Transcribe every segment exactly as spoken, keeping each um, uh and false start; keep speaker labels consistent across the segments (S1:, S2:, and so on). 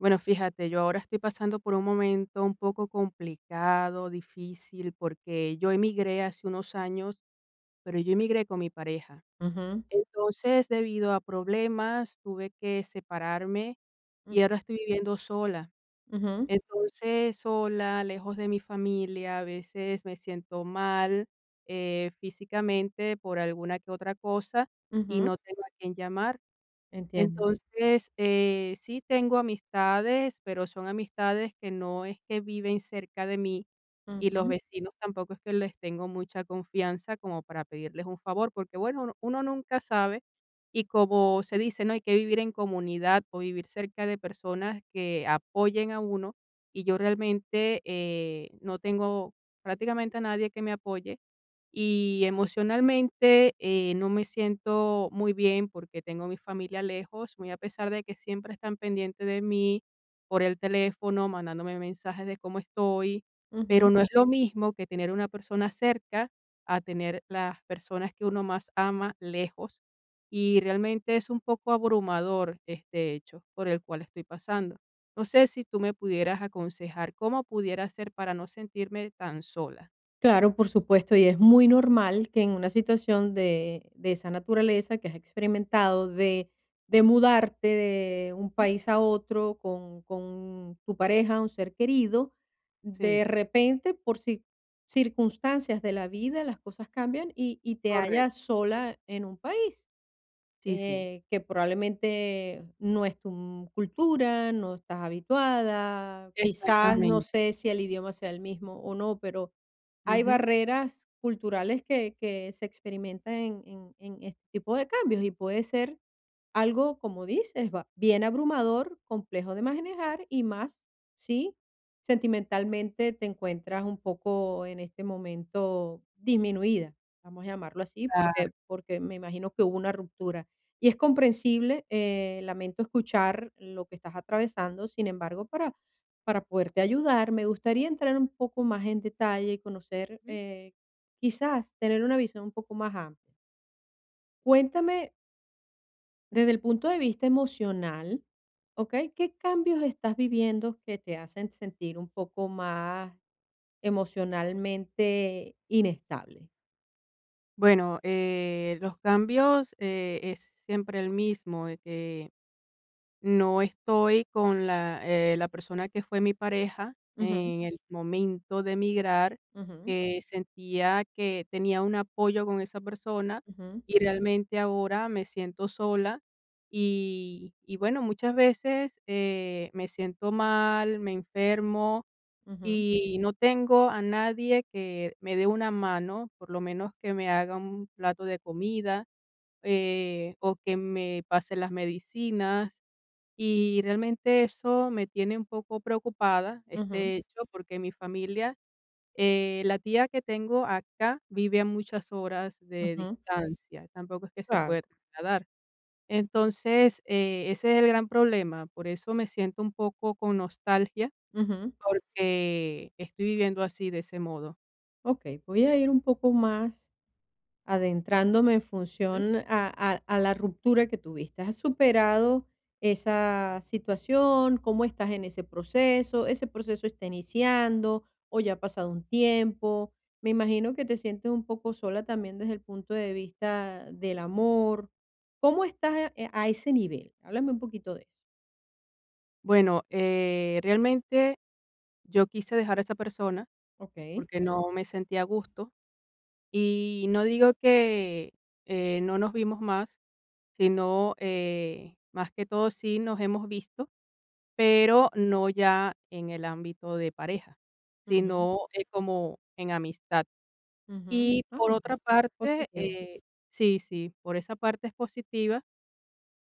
S1: Bueno, fíjate, yo ahora estoy pasando por un momento un poco complicado, difícil, porque yo emigré hace unos años, pero yo emigré con mi pareja.
S2: Ujú,
S1: Entonces, debido a problemas, tuve que separarme y
S2: ujú,
S1: ahora estoy viviendo sola.
S2: ujú,
S1: Entonces, sola, lejos de mi familia, a veces me siento mal eh, físicamente por alguna que otra cosa y
S2: ujú,
S1: no tengo a quien llamar.
S2: entiendo.
S1: Entonces, eh, sí tengo amistades, pero son amistades que no es que viven cerca de mí y los
S2: Ujú,
S1: vecinos tampoco es que les tengo mucha confianza como para pedirles un favor, porque bueno, uno uno nunca sabe y como se dice, no hay que vivir en comunidad o vivir cerca de personas que apoyen a uno y yo realmente eh, no tengo prácticamente a nadie que me apoye y emocionalmente, eh, no me siento muy bien porque tengo mi familia lejos, muy a pesar de que siempre están pendientes de mí por el teléfono, mandándome mensajes de cómo estoy, pero
S2: ujú.
S1: no es lo mismo que tener una persona cerca a tener las personas que uno más ama lejos. Y realmente es un poco abrumador este hecho por el cual estoy pasando. No sé si tú me pudieras aconsejar cómo pudiera hacer para no sentirme tan sola.
S2: Claro, por supuesto, y es muy normal que en una situación de, de esa naturaleza que has experimentado, de, de mudarte de un país a otro con, con tu pareja, un ser querido, de
S1: Sí.
S2: repente, por ci- circunstancias de la vida, las cosas cambian y, y te
S1: Correcto.
S2: hallas sola en un país,
S1: Sí, sí.
S2: eh, que probablemente no es tu mm, cultura, no estás habituada, quizás no
S1: Exactamente.
S2: sé si el idioma sea el mismo o no, pero hay
S1: Ujú.
S2: barreras culturales que, que se experimentan en, en- en este tipo de cambios y puede ser algo, como dices, va- bien abrumador, complejo de manejar y más si sentimentalmente te encuentras un poco en este momento disminuida, vamos a llamarlo así,
S1: Claro.
S2: porque, porque me imagino que hubo una ruptura. Y es comprensible. Eh, lamento escuchar lo que estás atravesando. Sin embargo, para, para poderte ayudar, me gustaría entrar un poco más en detalle y conocer,
S1: Ujú.
S2: eh, quizás tener una visión un poco más amplia. Cuéntame desde el punto de vista emocional, ¿ok? ¿Qué cambios estás viviendo que te hacen sentir un poco más emocionalmente inestable?
S1: Bueno, eh, los cambios, eh, es siempre el mismo, de que no estoy con la, eh, la persona que fue mi pareja
S2: Ujú,
S1: en el momento de emigrar,
S2: ujú,
S1: que sentía que tenía un apoyo con esa persona
S2: ujú,
S1: y realmente ahora me siento sola y, y bueno, muchas veces eh, me siento mal, me enfermo.
S2: ujú,
S1: Y no tengo a nadie que me dé una mano, por lo menos que me haga un plato de comida, eh, o que me pase las medicinas. Y realmente eso me tiene un poco preocupada,
S2: ujú,
S1: este hecho, porque mi familia, eh, la tía que tengo acá vive a muchas horas de
S2: ujú,
S1: distancia, tampoco es que se
S2: claro.
S1: puede trasladar. Entonces, eh, ese es el gran problema, por eso me siento un poco con nostalgia porque estoy viviendo así, de ese modo.
S2: Okey, voy a ir un poco más adentrándome en
S1: Ujú.
S2: función a a a la ruptura que tuviste. ¿Has superado esa situación? ¿Cómo estás en ese proceso? ¿Ese proceso está iniciando o ya ha pasado un tiempo? Me imagino que te sientes un poco sola también desde el punto de vista del amor. ¿Cómo estás, eh, a ese nivel? Háblame un poquito de eso.
S1: Bueno, eh, realmente yo quise dejar a esa persona
S2: Okey.
S1: porque no me sentía a gusto y no digo que, eh, no nos vimos más, sino, eh, más que todo sí nos hemos visto, pero no ya en el ámbito de pareja,
S2: Ujú,
S1: sino, eh, como en amistad.
S2: ujú.
S1: Y
S2: Ah,
S1: por otra
S2: bueno,
S1: parte,
S2: positivo.
S1: eh sí, sí, por esa parte es positiva.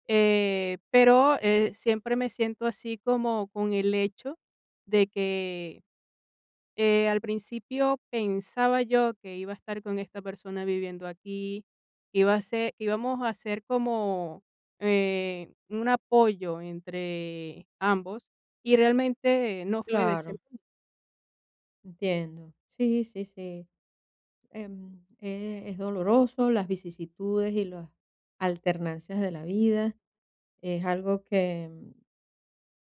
S1: Eh, pero, eh, siempre me siento así como con el hecho de que, eh, al principio pensaba yo que iba a estar con esta persona viviendo aquí, que iba a ser que íbamos a hacer como, eh, un apoyo entre ambos, y realmente no fue de
S2: Claro,
S1: ese.
S2: entiendo. Sí, sí, sí. Em, eh, es doloroso, las vicisitudes y las alternancias de la vida. Es algo que mm,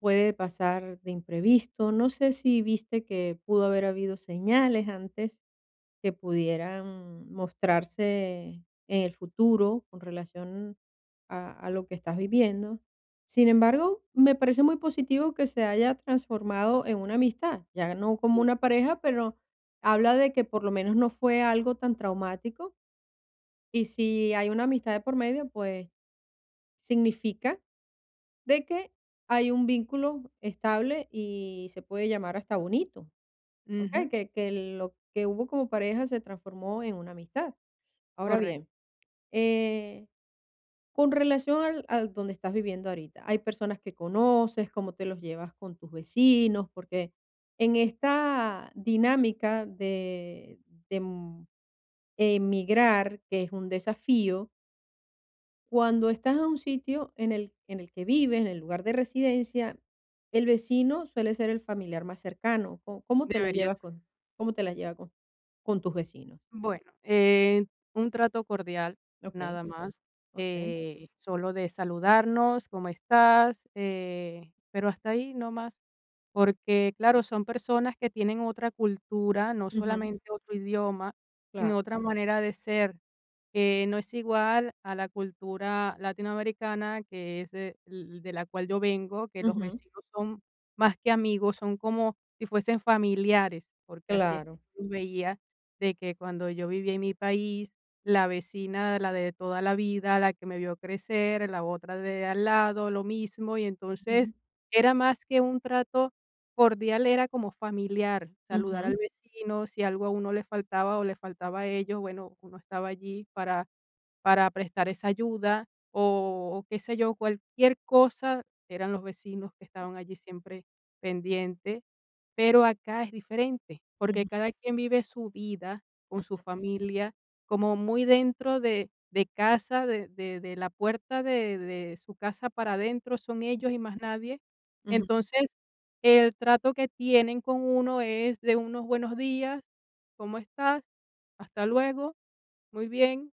S2: puede pasar de imprevisto. No sé si viste que pudo haber habido señales antes que pudieran mostrarse en el futuro con relación a, a lo que estás viviendo. Sin embargo, me parece muy positivo que se haya transformado en una amistad, ya no como una pareja, pero habla de que por lo menos no fue algo tan traumático y si hay una amistad de por medio, pues significa de que hay un vínculo estable y se puede llamar hasta bonito. Ok,
S1: Ujú,
S2: que que lo que hubo como pareja se transformó en una amistad. Ahora bien,
S1: correcto.
S2: eh, con relación al al donde estás viviendo ahorita, ¿hay personas que conoces? ¿Cómo te los llevas con tus vecinos? Porque en esta dinámica de de, mm, emigrar, que es un desafío, cuando estás a un sitio en el en el que vives, en el lugar de residencia, el vecino suele ser el familiar más cercano. ¿Co cómo te la
S1: Debería
S2: llevas
S1: ser.
S2: con cómo te la llevas con con tus vecinos?
S1: Bueno, eh, un trato cordial,
S2: Okey,
S1: nada más,
S2: okey.
S1: eh, solo de saludarnos, ¿cómo estás? Eh, pero hasta ahí no más. Porque, claro, son personas que tienen otra cultura, no
S2: Ujú,
S1: solamente otro idioma,
S2: claro.
S1: sino otra manera de ser, que no es igual a la cultura latinoamericana, que es de, l- de la cual yo vengo, que los
S2: Ujú,
S1: vecinos son más que amigos, son como si fuesen familiares, porque así es que
S2: claro.
S1: yo veía de que cuando yo vivía en mi país, la vecina, la de toda la vida, la que me vio crecer, la otra de al lado, lo mismo, y entonces
S2: Ujú,
S1: era más que un trato cordial, era como familiar, saludar al
S2: ujú,
S1: vecino, si algo a uno le faltaba o le faltaba a ellos, bueno, uno estaba allí para para prestar esa ayuda o qué sé yo, cualquier cosa, eran los vecinos que estaban allí siempre pendientes, pero acá es diferente, porque
S2: ujú,
S1: cada quien vive su vida con su familia, como muy dentro de, de casa, de, de- de la puerta de, de su casa para adentro, son ellos y más nadie.
S2: ujú,
S1: Entonces, el trato que tienen con uno es de unos buenos días, ¿cómo estás? Hasta luego, muy bien,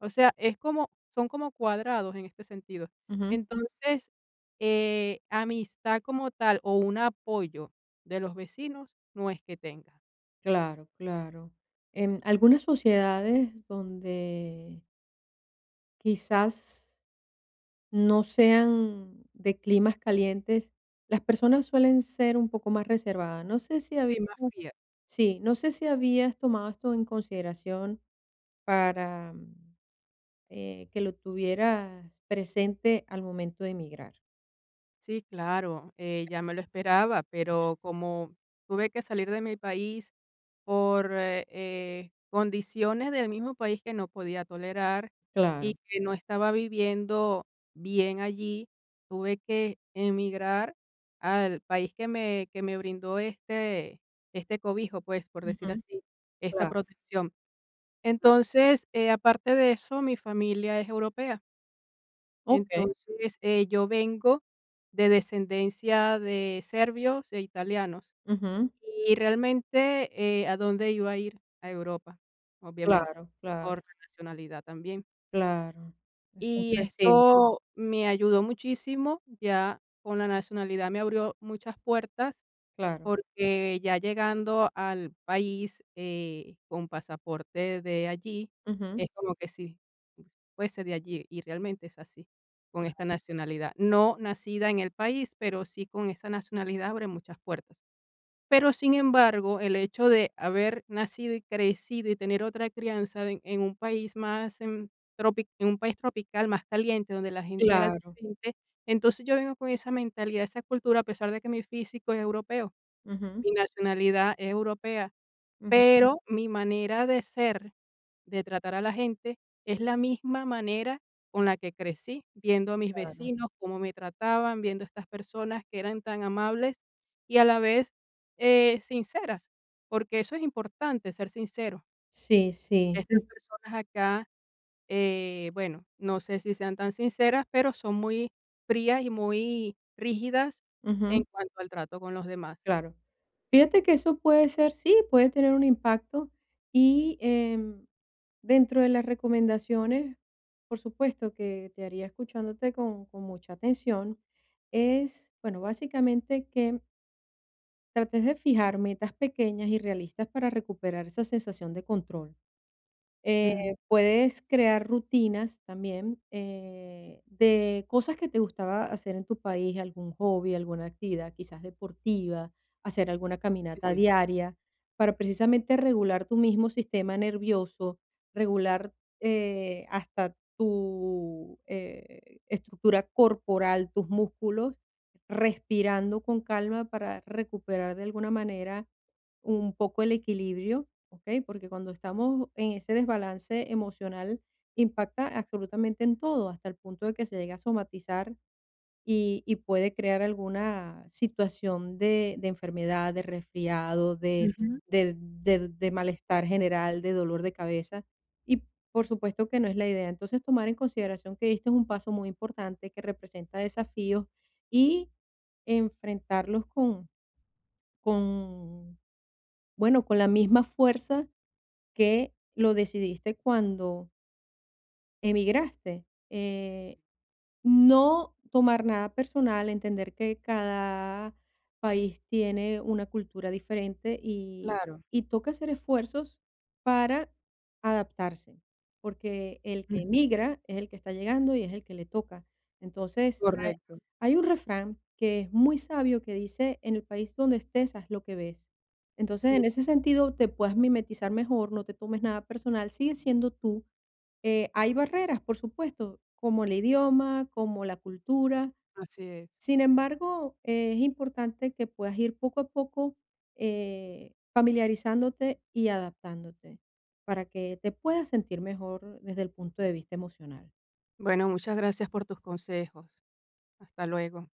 S1: o sea, es como son como cuadrados en este sentido.
S2: ujú.
S1: Entonces, eh, amistad como tal, o un apoyo de los vecinos, no es que tenga.
S2: Claro, claro. En algunas sociedades donde quizás no sean de climas calientes, las personas suelen ser un poco más reservadas. No sé si habías
S1: Sí, más fría.
S2: Sí, no sé si habías tomado esto en consideración para, mm, eh, que lo tuvieras presente al momento de emigrar.
S1: Sí, claro, eh, ya me lo esperaba, pero como tuve que salir de mi país por eh, eh, condiciones del mismo país que no podía tolerar y
S2: Claro.
S1: que no estaba viviendo bien allí, tuve que emigrar al país que me, que me brindó este, este cobijo, pues, por decir
S2: Ujú.
S1: así, esta
S2: Claro,
S1: protección.
S2: claro.
S1: Entonces, eh, aparte de eso, mi familia es europea.
S2: Okey.
S1: Entonces, eh, yo vengo de descendencia de serbios e italianos,
S2: Ujú.
S1: y realmente, eh, ¿a dónde iba a ir? A Europa, obviamente,
S2: Claro,
S1: por
S2: claro,
S1: la nacionalidad también.
S2: claro. Es
S1: Y
S2: comprensible,
S1: esto me ayudó muchísimo, ya con la nacionalidad me abrió muchas puertas
S2: claro.
S1: porque ya llegando al país, eh, con pasaporte de allí,
S2: Ujú.
S1: es como que si fuese de allí, y realmente es así, con esta nacionalidad. No nacida en el país, pero sí con esa nacionalidad abre muchas puertas. Pero, sin embargo, el hecho de haber nacido y crecido y tener otra crianza en en un país más, em, tropi en un país tropical más caliente, donde la gente era
S2: Claro.
S1: diferente, entonces yo vengo con esa mentalidad, esa cultura, a pesar de que mi físico es europeo.
S2: Ujú,
S1: Mi nacionalidad es europea,
S2: ujú,
S1: pero mi manera de ser, de tratar a la gente, es la misma manera con la que crecí, viendo a mis
S2: claro.
S1: vecinos, cómo me trataban, viendo estas personas que eran tan amables y a la vez, eh, sinceras, porque eso es importante, ser sincero.
S2: Sí, sí.
S1: Estas
S2: te-
S1: personas acá, eh, bueno, no sé si sean tan sinceras, pero son muy frías y muy rígidas en
S2: Ujú.
S1: cuanto al trato con los demás.
S2: Claro. Fíjate que eso puede ser, sí, puede tener un impacto y em, dentro de las recomendaciones, por supuesto que te haría escuchándote con, con mucha atención, es, bueno, básicamente que trates de fijar metas pequeñas y realistas para recuperar esa sensación de control. Eh,
S1: Ujú.
S2: Puedes crear rutinas también, eh, de cosas que te gustaba hacer en tu país, algún hobby, alguna actividad quizás deportiva, hacer alguna caminata
S1: Sí.
S2: diaria, para precisamente regular tu mismo sistema nervioso, regular, eh, hasta tu, eh, estructura corporal, tus músculos, respirando con calma para recuperar de alguna manera un poco el equilibrio. ¿Ok? Porque cuando estamos en ese desbalance emocional, impacta absolutamente en todo, hasta el punto de que se llega a somatizar y, y puede crear alguna situación de, de enfermedad, de resfriado, de,
S1: Ujú.
S2: de- de- de malestar general, de dolor de cabeza. Y por supuesto que no es la idea. Entonces, tomar en consideración que este es un paso muy importante que representa desafíos y enfrentarlos con, bueno, con la misma fuerza que lo decidiste cuando Emigraste. Eh, no tomar nada personal, entender que cada país tiene una cultura diferente y,
S1: Claro,
S2: y toca hacer esfuerzos para adaptarse, porque el que
S1: ujú,
S2: emigra es el que está llegando y es el que le toca. Entonces, hay,
S1: correcto.
S2: hay un refrán que es muy sabio que dice, en el país donde estés, haz lo que ves. Entonces,
S1: Sí,
S2: en ese sentido, te puedes mimetizar mejor, no te tomes nada personal, sigue siendo tú, eh, hay barreras, por supuesto, como el idioma, como la cultura.
S1: así es.
S2: Sin embargo, eh, es importante que puedas ir poco a poco, eh, familiarizándote y adaptándote para que te puedas sentir mejor desde el punto de vista emocional.
S1: Bueno, muchas gracias por tus consejos. Hasta luego.